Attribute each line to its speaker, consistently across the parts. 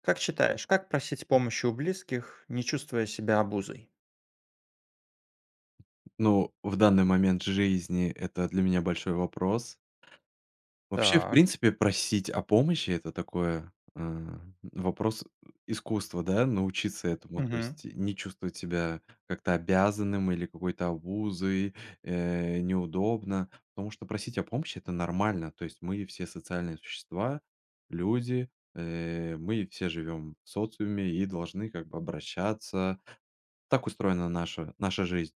Speaker 1: Как считаешь, как просить помощи у близких, не чувствуя себя обузой?
Speaker 2: Ну, в данный момент жизни это для меня большой вопрос. Вообще, в
Speaker 1: Так.
Speaker 2: принципе, просить о помощи — это такое, вопрос искусства, да, научиться этому. То
Speaker 1: Мгм.
Speaker 2: есть не чувствовать себя как-то обязанным или какой-то обузой, неудобно. Потому что просить о помощи — это нормально. То есть мы все социальные существа, люди, мы все живем в социуме и должны как бы обращаться. Так устроена наша жизнь.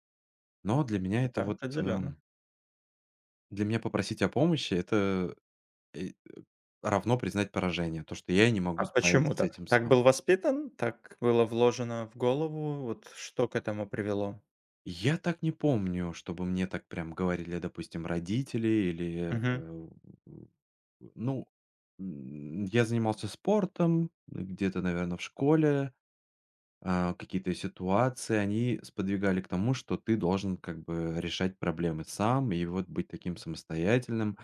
Speaker 2: Но для меня это
Speaker 1: Это
Speaker 2: вот,
Speaker 1: определенно.
Speaker 2: для меня попросить о помощи — это, э, равно признать поражение, то, что я не могу
Speaker 1: А
Speaker 2: справиться
Speaker 1: почему
Speaker 2: с
Speaker 1: так?
Speaker 2: этим
Speaker 1: Так
Speaker 2: сам.
Speaker 1: был воспитан? Так было вложено в голову? Вот что к этому привело?
Speaker 2: Я так не помню, чтобы мне так прям говорили, допустим, родители или,
Speaker 1: Мгм.
Speaker 2: ну, я занимался спортом, где-то, наверно, в школе, какие-то ситуации, они сподвигали к тому, что ты должен как бы решать проблемы сам и вот быть таким самостоятельным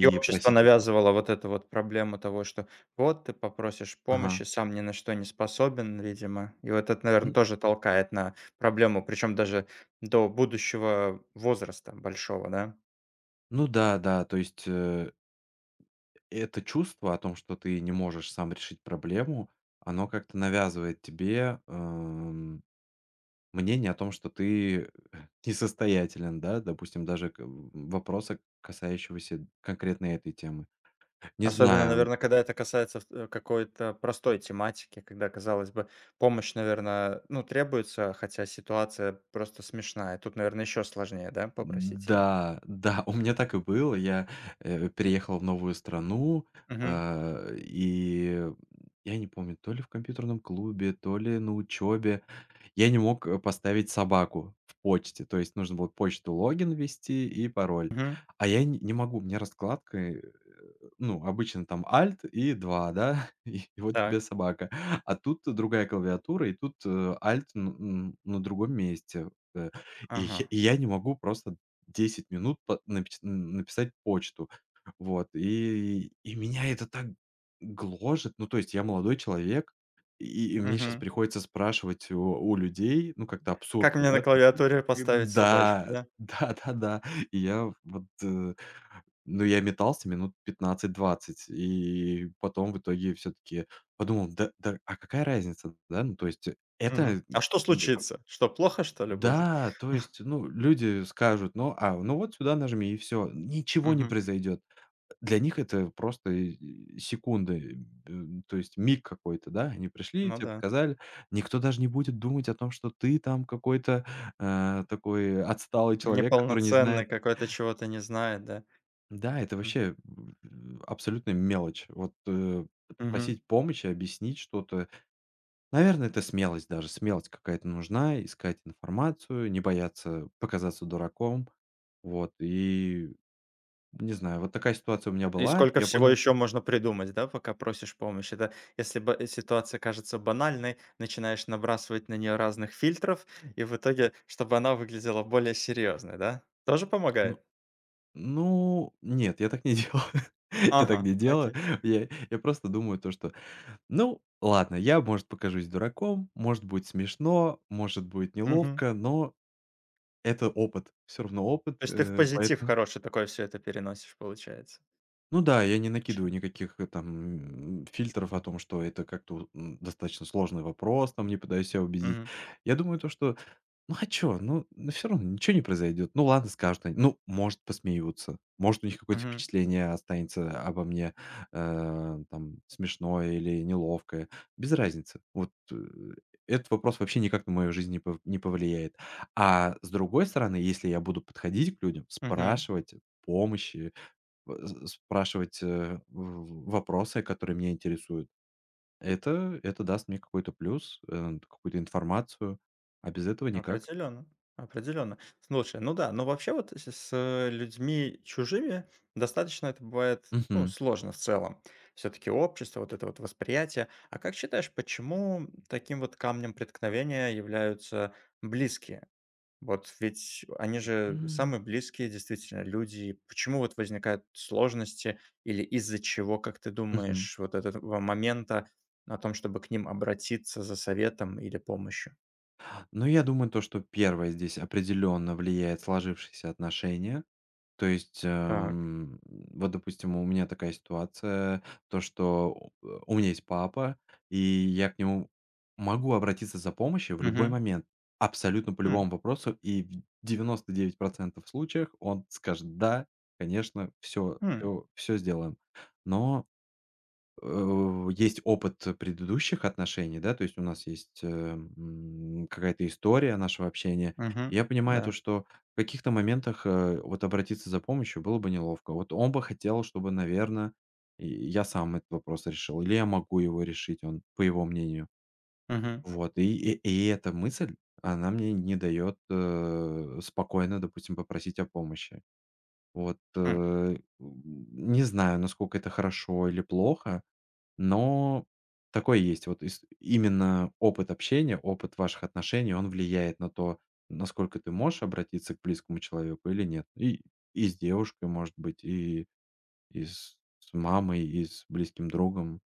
Speaker 1: И общество
Speaker 2: просить о по
Speaker 1: навязывало вот эту вот проблему того, что вот ты попросишь
Speaker 2: Ага.
Speaker 1: помощи, сам ни на что не способен, видимо. И вот это, наверное,
Speaker 2: Ну
Speaker 1: тоже толкает на проблему, причем даже до будущего возраста большого, да?
Speaker 2: ну да, да, то есть, это чувство о том, что ты не можешь сам решить проблему, оно как-то навязывает тебе, мнение о том, что ты несостоятелен, да, допустим, даже к в вопроса, касающегося конкретно этой темы. Не
Speaker 1: Особенно,
Speaker 2: знаю.
Speaker 1: наверное, когда это касается какой-то простой тематики, когда, казалось бы, помощь, наверное, ну, требуется, хотя ситуация просто смешная. Тут, наверное, еще сложнее, да, попросить ее?
Speaker 2: Да, да, у меня так и было. Я, переехал в новую страну,
Speaker 1: Угу,
Speaker 2: и я не помню, то ли в компьютерном клубе, то ли на учебе. Я не мог, поставить собаку в почте. То есть нужно было почту, логин ввести и пароль.
Speaker 1: угу.
Speaker 2: А я не могу, у меня раскладка, ну, обычно там Alt и 2, да, и вот тебе
Speaker 1: Так.
Speaker 2: собака. А тут другая клавиатура, и тут, Alt н н на другом месте. Э, и я
Speaker 1: Ага.
Speaker 2: и я не могу просто 10 минут по напис н написать почту. Вот, и меня это так гложет. Ну, то есть я молодой человек, и мне сейчас
Speaker 1: Угу.
Speaker 2: приходится спрашивать у людей, ну, как-то
Speaker 1: Как
Speaker 2: абсурдно,
Speaker 1: мне на
Speaker 2: да, то есть.
Speaker 1: клавиатуре поставить собачку,
Speaker 2: Да,
Speaker 1: да?
Speaker 2: да-да-да. И я вот, ну, я метался минут 15-20, и потом в итоге все таки подумал: "Да да, а какая разница?" Да, ну, то есть, это,
Speaker 1: Мгм.
Speaker 2: м,
Speaker 1: А что случится? Что, плохо, что ли, будет?
Speaker 2: да, то есть, ну, люди скажут: "Ну, ну вот сюда нажми, и все, ничего не
Speaker 1: Мгм.
Speaker 2: произойдет." Для них это просто, секунды, то есть миг какой-то, да. Они пришли,
Speaker 1: Ну
Speaker 2: тебе
Speaker 1: да.
Speaker 2: показали. Никто даже не будет думать о том, что ты там какой-то, такой отсталый человек, который не
Speaker 1: Неполноценный,
Speaker 2: знает.
Speaker 1: какой-то чего-то не знает, да?
Speaker 2: Да, это
Speaker 1: М.
Speaker 2: вообще, абсолютная мелочь. Вот,
Speaker 1: Мгм.
Speaker 2: попросить помощи, объяснить что-то. Наверное, это смелость даже. Смелость какая-то нужна, искать информацию, не бояться показаться дураком. Вот, и не знаю, вот такая ситуация у меня
Speaker 1: И
Speaker 2: была.
Speaker 1: сколько
Speaker 2: Я
Speaker 1: всего
Speaker 2: понял,
Speaker 1: еще можно придумать, да, пока просишь помощь? Это если ба ситуация кажется банальной, начинаешь набрасывать на нее разных фильтров, и в итоге, чтобы она выглядела более серьезной, да? Тоже
Speaker 2: ну
Speaker 1: помогает?
Speaker 2: ну, нет, я так не делаю. Я так
Speaker 1: Ага,
Speaker 2: не делаю.
Speaker 1: окей.
Speaker 2: Я просто думаю то, что, ну, ладно, я, может, покажусь дураком, может, быть смешно, может, будет
Speaker 1: Мгм.
Speaker 2: неловко, но это опыт, все равно опыт,
Speaker 1: То есть ты в позитив
Speaker 2: поэтому
Speaker 1: хороший такой все это переносишь, получается.
Speaker 2: ну да, я не
Speaker 1: Оч
Speaker 2: накидываю никаких, там, фильтров о том, что это как-то, достаточно сложный вопрос, там, не пытаюсь себя убедить.
Speaker 1: Мгм.
Speaker 2: Я думаю, то, что ну а чё? Ну все равно ничего не произойдет. Ну ладно, скажут они. Ну, может, посмеются. Может, у них какое-то
Speaker 1: Мгм.
Speaker 2: впечатление останется обо мне, там смешное или неловкое. Без разницы. Вот, этот вопрос вообще никак на мою жизнь не повлияет. А с другой стороны, если я буду подходить к людям,
Speaker 1: Мгм.
Speaker 2: спрашивать помощи, в с спрашивать, в вопросы, которые меня интересуют, это даст мне какой-то плюс, какую-то информацию, а без этого никак.
Speaker 1: Определенно, определенно. Слушай, ну да, но вообще вот с людьми чужими достаточно это бывает, ну,
Speaker 2: Мгм.
Speaker 1: сложно в целом. Все-таки общество, вот это вот восприятие. А как считаешь, почему таким вот камнем преткновения являются близкие? Вот ведь они же
Speaker 2: М.
Speaker 1: самые близкие действительно люди. И почему вот возникают сложности или из-за чего, как ты
Speaker 2: Мгм.
Speaker 1: думаешь, вот этого момента о том, чтобы к ним обратиться за советом или помощью?
Speaker 2: Ну, я думаю, то, что первое здесь определенно влияет сложившиеся отношения. То есть,
Speaker 1: Так.
Speaker 2: вот, допустим, у меня такая ситуация, то, что у меня есть папа, и я к нему могу обратиться за помощью в любой момент, абсолютно по любому
Speaker 1: М.
Speaker 2: вопросу, и в 99 случаях он скажет: "Да, конечно, все,
Speaker 1: М.
Speaker 2: все всё сделаем". Но, есть опыт предыдущих отношений, да, то есть у нас есть, какая-то история нашего общения. И
Speaker 1: Мгм.
Speaker 2: я понимаю то,
Speaker 1: Да.
Speaker 2: что в каких-то моментах, вот обратиться за помощью было бы неловко. Вот он бы хотел, чтобы, наверное, я сам этот вопрос решил, или я могу его решить, он, по его мнению.
Speaker 1: Мгм.
Speaker 2: Вот, и эта мысль, она мне не дает, спокойно, допустим, попросить о помощи. Вот,
Speaker 1: М.
Speaker 2: не знаю, насколько это хорошо или плохо, но такое есть. Вот, ис именно опыт общения, опыт ваших отношений, он влияет на то, насколько ты можешь обратиться к близкому человеку или нет. И с девушкой, может быть, и с мамой, и с близким другом.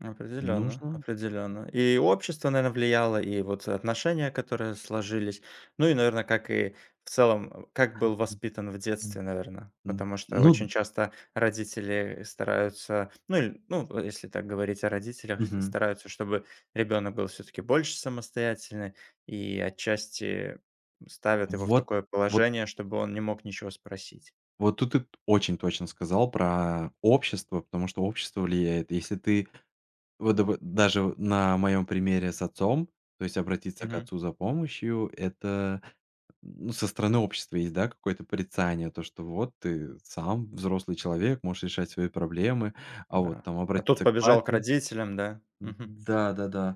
Speaker 1: Определенно,
Speaker 2: Нужно,
Speaker 1: определенно. И общество, наверное, влияло, и вот отношения, которые сложились. Ну и, наверное, как и в целом, как был
Speaker 2: м,
Speaker 1: воспитан в
Speaker 2: м,
Speaker 1: детстве, наверное. Потому что
Speaker 2: ну,
Speaker 1: очень часто родители стараются, ну или, ну, если так говорить о родителях,
Speaker 2: мгм.
Speaker 1: стараются, чтобы ребенок был все таки больше самостоятельный и отчасти ставят его в
Speaker 2: Вот
Speaker 1: такое
Speaker 2: вот
Speaker 1: положение, чтобы он не мог ничего спросить.
Speaker 2: вот тут ты очень точно сказал про общество, потому что общество влияет. Если ты вот, дабы даже на моем примере с отцом, то есть обратиться к отцу за помощью — это, ну, со стороны общества есть, да, какое-то порицание, то, что вот ты сам взрослый человек, можешь решать свои проблемы, а вот
Speaker 1: Да.
Speaker 2: там
Speaker 1: А тут
Speaker 2: обратиться к
Speaker 1: побежал к
Speaker 2: папе.
Speaker 1: родителям, да? Мгм.
Speaker 2: Да-да-да.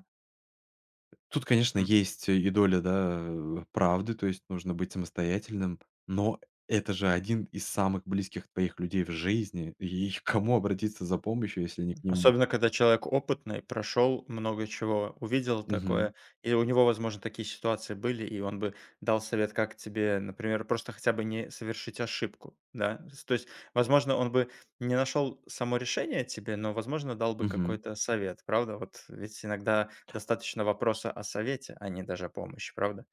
Speaker 2: Тут, конечно,
Speaker 1: М.
Speaker 2: есть и доля, да, правды, то есть нужно быть самостоятельным, но это же один из самых близких твоих людей в жизни, и к кому обратиться за помощью, если не к нему?
Speaker 1: Особенно, когда человек опытный, прошел много чего, увидел
Speaker 2: Мгм.
Speaker 1: такое, и у него, возможно, такие ситуации были, и он бы дал совет, как тебе, например, просто хотя бы не совершить ошибку, да? С То есть, возможно, он бы не нашел само решение тебе, но, возможно, дал бы
Speaker 2: Мгм.
Speaker 1: какой-то совет, правда? Вот ведь иногда достаточно вопроса о совете, а не даже о помощи, правда?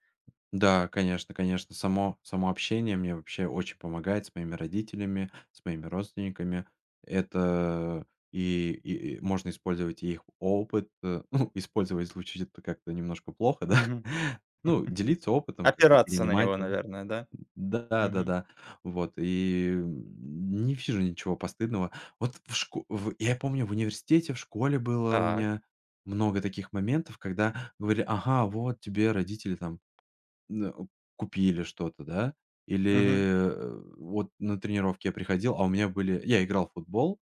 Speaker 2: Да, конечно, конечно. Само, само общение мне вообще очень помогает с моими родителями, с моими родственниками. Это, и можно использовать и их опыт. Ну, использовать — звучит это как-то немножко плохо, да?
Speaker 1: Мгм.
Speaker 2: Ну, делиться опытом, как бы
Speaker 1: Опираться на
Speaker 2: перенимать
Speaker 1: него,
Speaker 2: его.
Speaker 1: наверное, да?
Speaker 2: Да, да,
Speaker 1: Мгм.
Speaker 2: да. Вот. И, не вижу ничего постыдного. Вот, я помню, в университете, в школе было у
Speaker 1: Так.
Speaker 2: меня много таких моментов, когда говорили: "Ага, вот тебе родители там Н э, купили что-то, да?" Или,
Speaker 1: Мгм.
Speaker 2: вот на тренировке я приходил, а у меня были, я играл в футбол,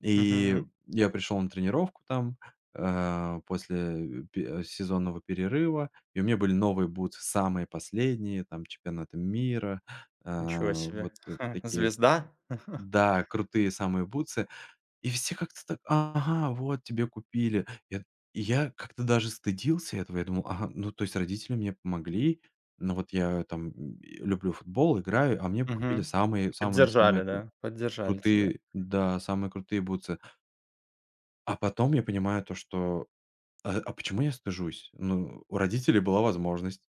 Speaker 2: и
Speaker 1: Мгм.
Speaker 2: я пришел на тренировку там, после сезонного перерыва, и у меня были новые бутсы, самые последние, там, чемпионаты мира, э,
Speaker 1: Ничего себе.
Speaker 2: вот, такие,
Speaker 1: Звезда?
Speaker 2: да, крутые, самые бутсы. И все как-то так: "Ага, вот тебе купили". Я я как-то даже стыдился этого. Я думал: "Ага, ну, то есть родители мне помогли, но вот я там, люблю футбол, играю, а мне купили
Speaker 1: Мгм.
Speaker 2: самые самые самые
Speaker 1: Поддержали, да? Поддержали тебя.
Speaker 2: крутые, да, самые крутые бутсы". А потом я понимаю то, что, а почему я стыжусь? Ну, у родителей была возможность.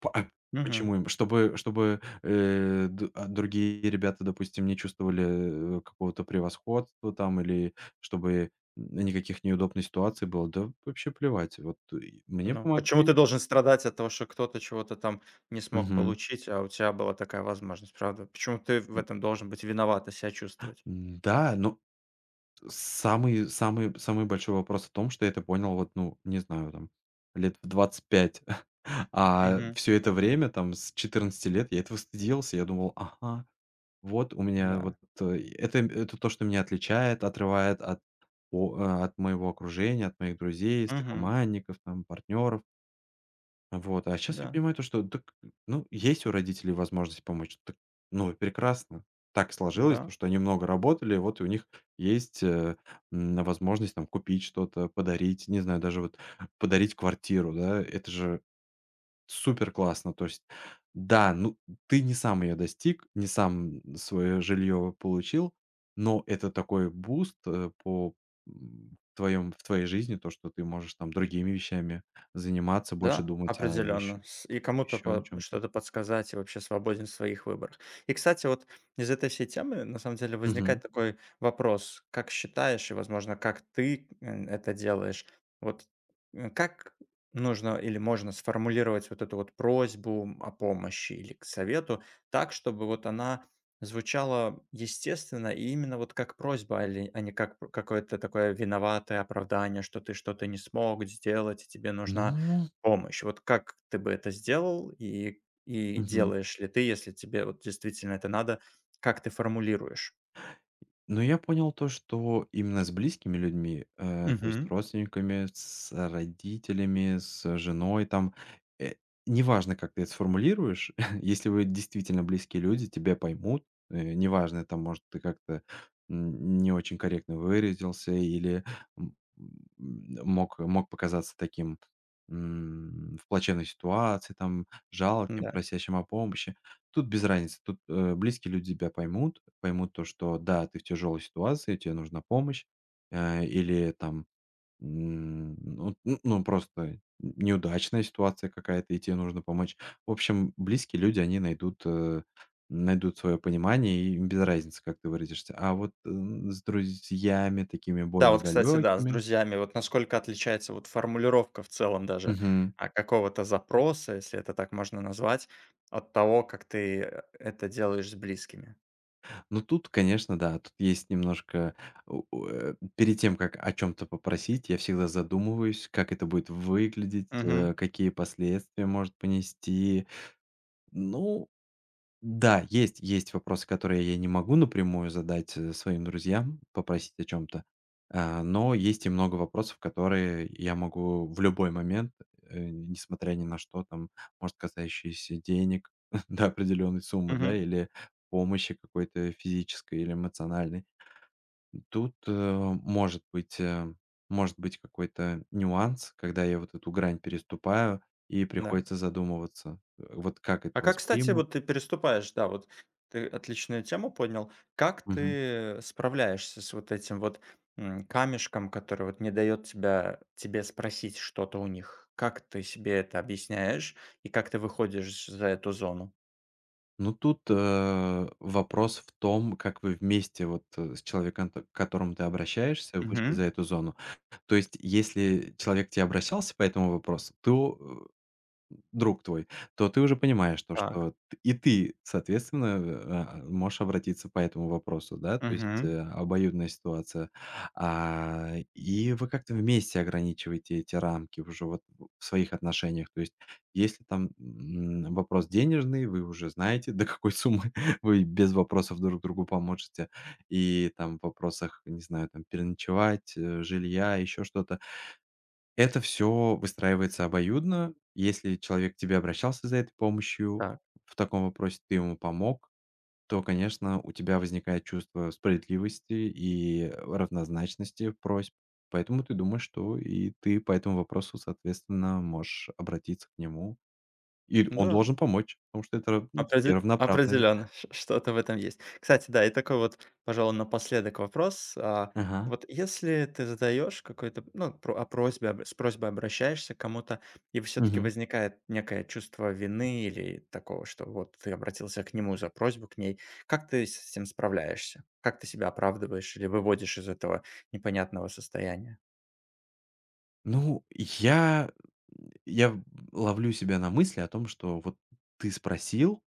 Speaker 2: По а
Speaker 1: Мгм.
Speaker 2: Почему им? Чтобы д а другие ребята, допустим, не чувствовали, какого-то превосходства там или чтобы н никаких неудобных ситуаций было? Да вообще плевать. Вот и мне
Speaker 1: Ну, почему
Speaker 2: помогли.
Speaker 1: ты должен страдать от того, что кто-то чего-то там не смог
Speaker 2: Мгм.
Speaker 1: получить, а у тебя была такая возможность, правда? Почему ты в этом должен быть виноват и себя чувствовать?
Speaker 2: Да, но самый самый самый большой вопрос в том, что я это понял вот, ну, не знаю, там лет в 25. А
Speaker 1: Мгм.
Speaker 2: все это время, там, с 14 лет я этого стыдился. Я думал: "Ага, вот у меня вот,
Speaker 1: Да.
Speaker 2: это то, что меня отличает, отрывает от моего окружения, от моих друзей,
Speaker 1: Мгм.
Speaker 2: сокомандников, там, партнеров". Вот, а сейчас я
Speaker 1: Да.
Speaker 2: понимаю то, что, так, ну, есть у родителей возможность помочь, так, ну и прекрасно. Так сложилось,
Speaker 1: Да.
Speaker 2: то, что они много работали, вот и у них есть, возможность там купить что-то, подарить, не знаю, даже вот подарить квартиру, да. Это же супер классно. То есть, да, ну, ты не сам ее достиг, не сам свое жилье получил, но это такой буст, по, в твоей жизни, то, что ты можешь там другими вещами заниматься, больше
Speaker 1: Да,
Speaker 2: думать
Speaker 1: определенно. С И кому-то
Speaker 2: еще о
Speaker 1: по
Speaker 2: чем-то.
Speaker 1: что-то подсказать, и вообще свободен в своих выборах. И, кстати, вот из этой всей темы, на самом деле,
Speaker 2: Мгм.
Speaker 1: возникает такой вопрос: как считаешь и, возможно, как ты, это делаешь? Вот, как нужно или можно сформулировать вот эту вот просьбу о помощи или к совету так, чтобы вот она звучала естественно и именно вот как просьба, али а не как п какое-то такое виноватое оправдание, что ты что-то не смог сделать и тебе нужна
Speaker 2: Ну,
Speaker 1: помощь. Вот как ты бы это сделал и
Speaker 2: мгм.
Speaker 1: делаешь ли ты, если тебе вот действительно это надо, как ты формулируешь?
Speaker 2: Но я понял то, что именно с близкими людьми, то есть
Speaker 1: Мгм.
Speaker 2: родственниками, с родителями, с женой там, э, неважно, как ты это сформулируешь, если вы действительно близкие люди, тебя поймут, неважно, там, может, ты как-то н не очень корректно выразился или, м мог показаться таким, в плачевной ситуации, там, жалким,
Speaker 1: Да.
Speaker 2: просящим о помощи. Тут без разницы. Тут, близкие люди тебя поймут, поймут то, что да, ты в тяжелой ситуации, тебе нужна помощь, или там, ну, н ну, просто неудачная ситуация какая-то, и тебе нужно помочь. В общем, близкие люди, они найдут, свое понимание, и им без разницы, как ты выразишься. А вот, с друзьями такими
Speaker 1: Да,
Speaker 2: более
Speaker 1: вот, кстати, да, с
Speaker 2: далекими —
Speaker 1: друзьями вот насколько отличается вот формулировка в целом даже, а, какого-то запроса, если это так можно назвать, от того, как ты, это делаешь с близкими.
Speaker 2: ну, тут, конечно, да, тут есть немножко. Перед тем, как о чем то попросить, я всегда задумываюсь, как это будет выглядеть,
Speaker 1: Мгм.
Speaker 2: какие последствия может понести. Ну да, есть вопросы, которые я не могу напрямую задать, своим друзьям, попросить о чем то. Но есть и много вопросов, которые я могу в любой момент, несмотря ни на что, там, может, касающиеся денег до определенной суммы, да,
Speaker 1: Мгм.
Speaker 2: или помощи какой-то физической или эмоциональной. Тут, может быть, какой-то нюанс, когда я вот эту грань переступаю, и
Speaker 1: Да.
Speaker 2: приходится задумываться, вот как это
Speaker 1: А как, кстати,
Speaker 2: воспримут.
Speaker 1: вот ты переступаешь, да, вот ты отличную тему поднял. Как ты справляешься с вот этим вот, камешком, который вот не дает тебя тебе спросить что-то у них? Как ты себе это объясняешь и как ты выходишь за эту зону?
Speaker 2: Ну, тут, вопрос в том, как вы вместе вот, с человеком, т к которому ты обращаешься, вышли за
Speaker 1: Мгм.
Speaker 2: эту зону. То есть, если человек к тебе обращался по этому вопросу, то, друг твой, то ты уже понимаешь то,
Speaker 1: Так.
Speaker 2: что т и ты, соответственно, можешь обратиться по этому вопросу, да, то есть,
Speaker 1: Мгм.
Speaker 2: обоюдная ситуация. А, и вы как-то вместе ограничиваете эти рамки уже вот в своих отношениях. То есть если там, вопрос денежный, вы уже знаете, до какой суммы вы без вопросов друг другу поможете. И там в вопросах, не знаю, там переночевать, жилья, еще что-то — это все выстраивается обоюдно. Если человек к тебе обращался за этой помощью,
Speaker 1: Так.
Speaker 2: в таком вопросе ты ему помог, то, конечно, у тебя возникает чувство справедливости и равнозначности просьб. Поэтому ты думаешь, что и ты по этому вопросу, соответственно, можешь обратиться к нему, и он
Speaker 1: Да.
Speaker 2: должен помочь, потому что это рав ну, такие равноправные.
Speaker 1: Определенно, ш что-то в этом есть. Кстати, да, и такой вот, пожалуй, напоследок вопрос. А,
Speaker 2: Ага.
Speaker 1: вот если ты задаешь какой-то, ну, просьбе об с просьбой обращаешься к кому-то, и все таки
Speaker 2: Мгм.
Speaker 1: возникает некое чувство вины или такого, что вот ты обратился к нему за просьбу, к ней, как ты с этим справляешься? Как ты себя оправдываешь или выводишь из этого непонятного состояния?
Speaker 2: Ну, я ловлю себя на мысли о том, что вот ты спросил,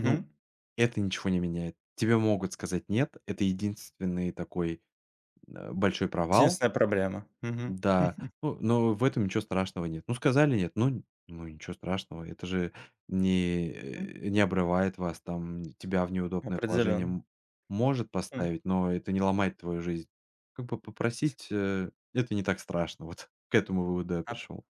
Speaker 2: ну это ничего не меняет. Тебе могут сказать "нет". Это единственный такой, большой провал.
Speaker 1: Единственная проблема.
Speaker 2: Да, ну, но в этом ничего страшного нет. Ну, сказали "нет", ну, ничего страшного. Это же не обрывает вас там, тебя в неудобное положение
Speaker 1: Определенно.
Speaker 2: может поставить, но это не ломает твою жизнь. Как бы попросить, это не так страшно. Вот, к этому выводу я пришел.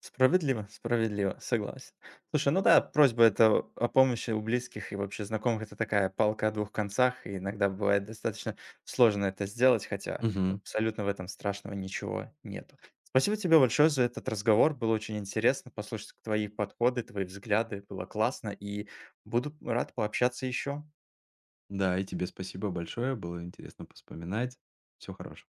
Speaker 1: Справедливо, справедливо, согласен. Слушай, ну да, просьба это о помощи у близких и вообще знакомых- это такая палка о двух концах, и иногда бывает достаточно сложно это сделать, хотя
Speaker 2: Мгм.
Speaker 1: абсолютно в этом страшного ничего нету. Спасибо тебе большое за этот разговор, было очень интересно послушать твои подходы, твои взгляды, было классно, и буду рад пообщаться еще.
Speaker 2: Да, и тебе спасибо большое. Было интересно поспоминать. Всего хорошего.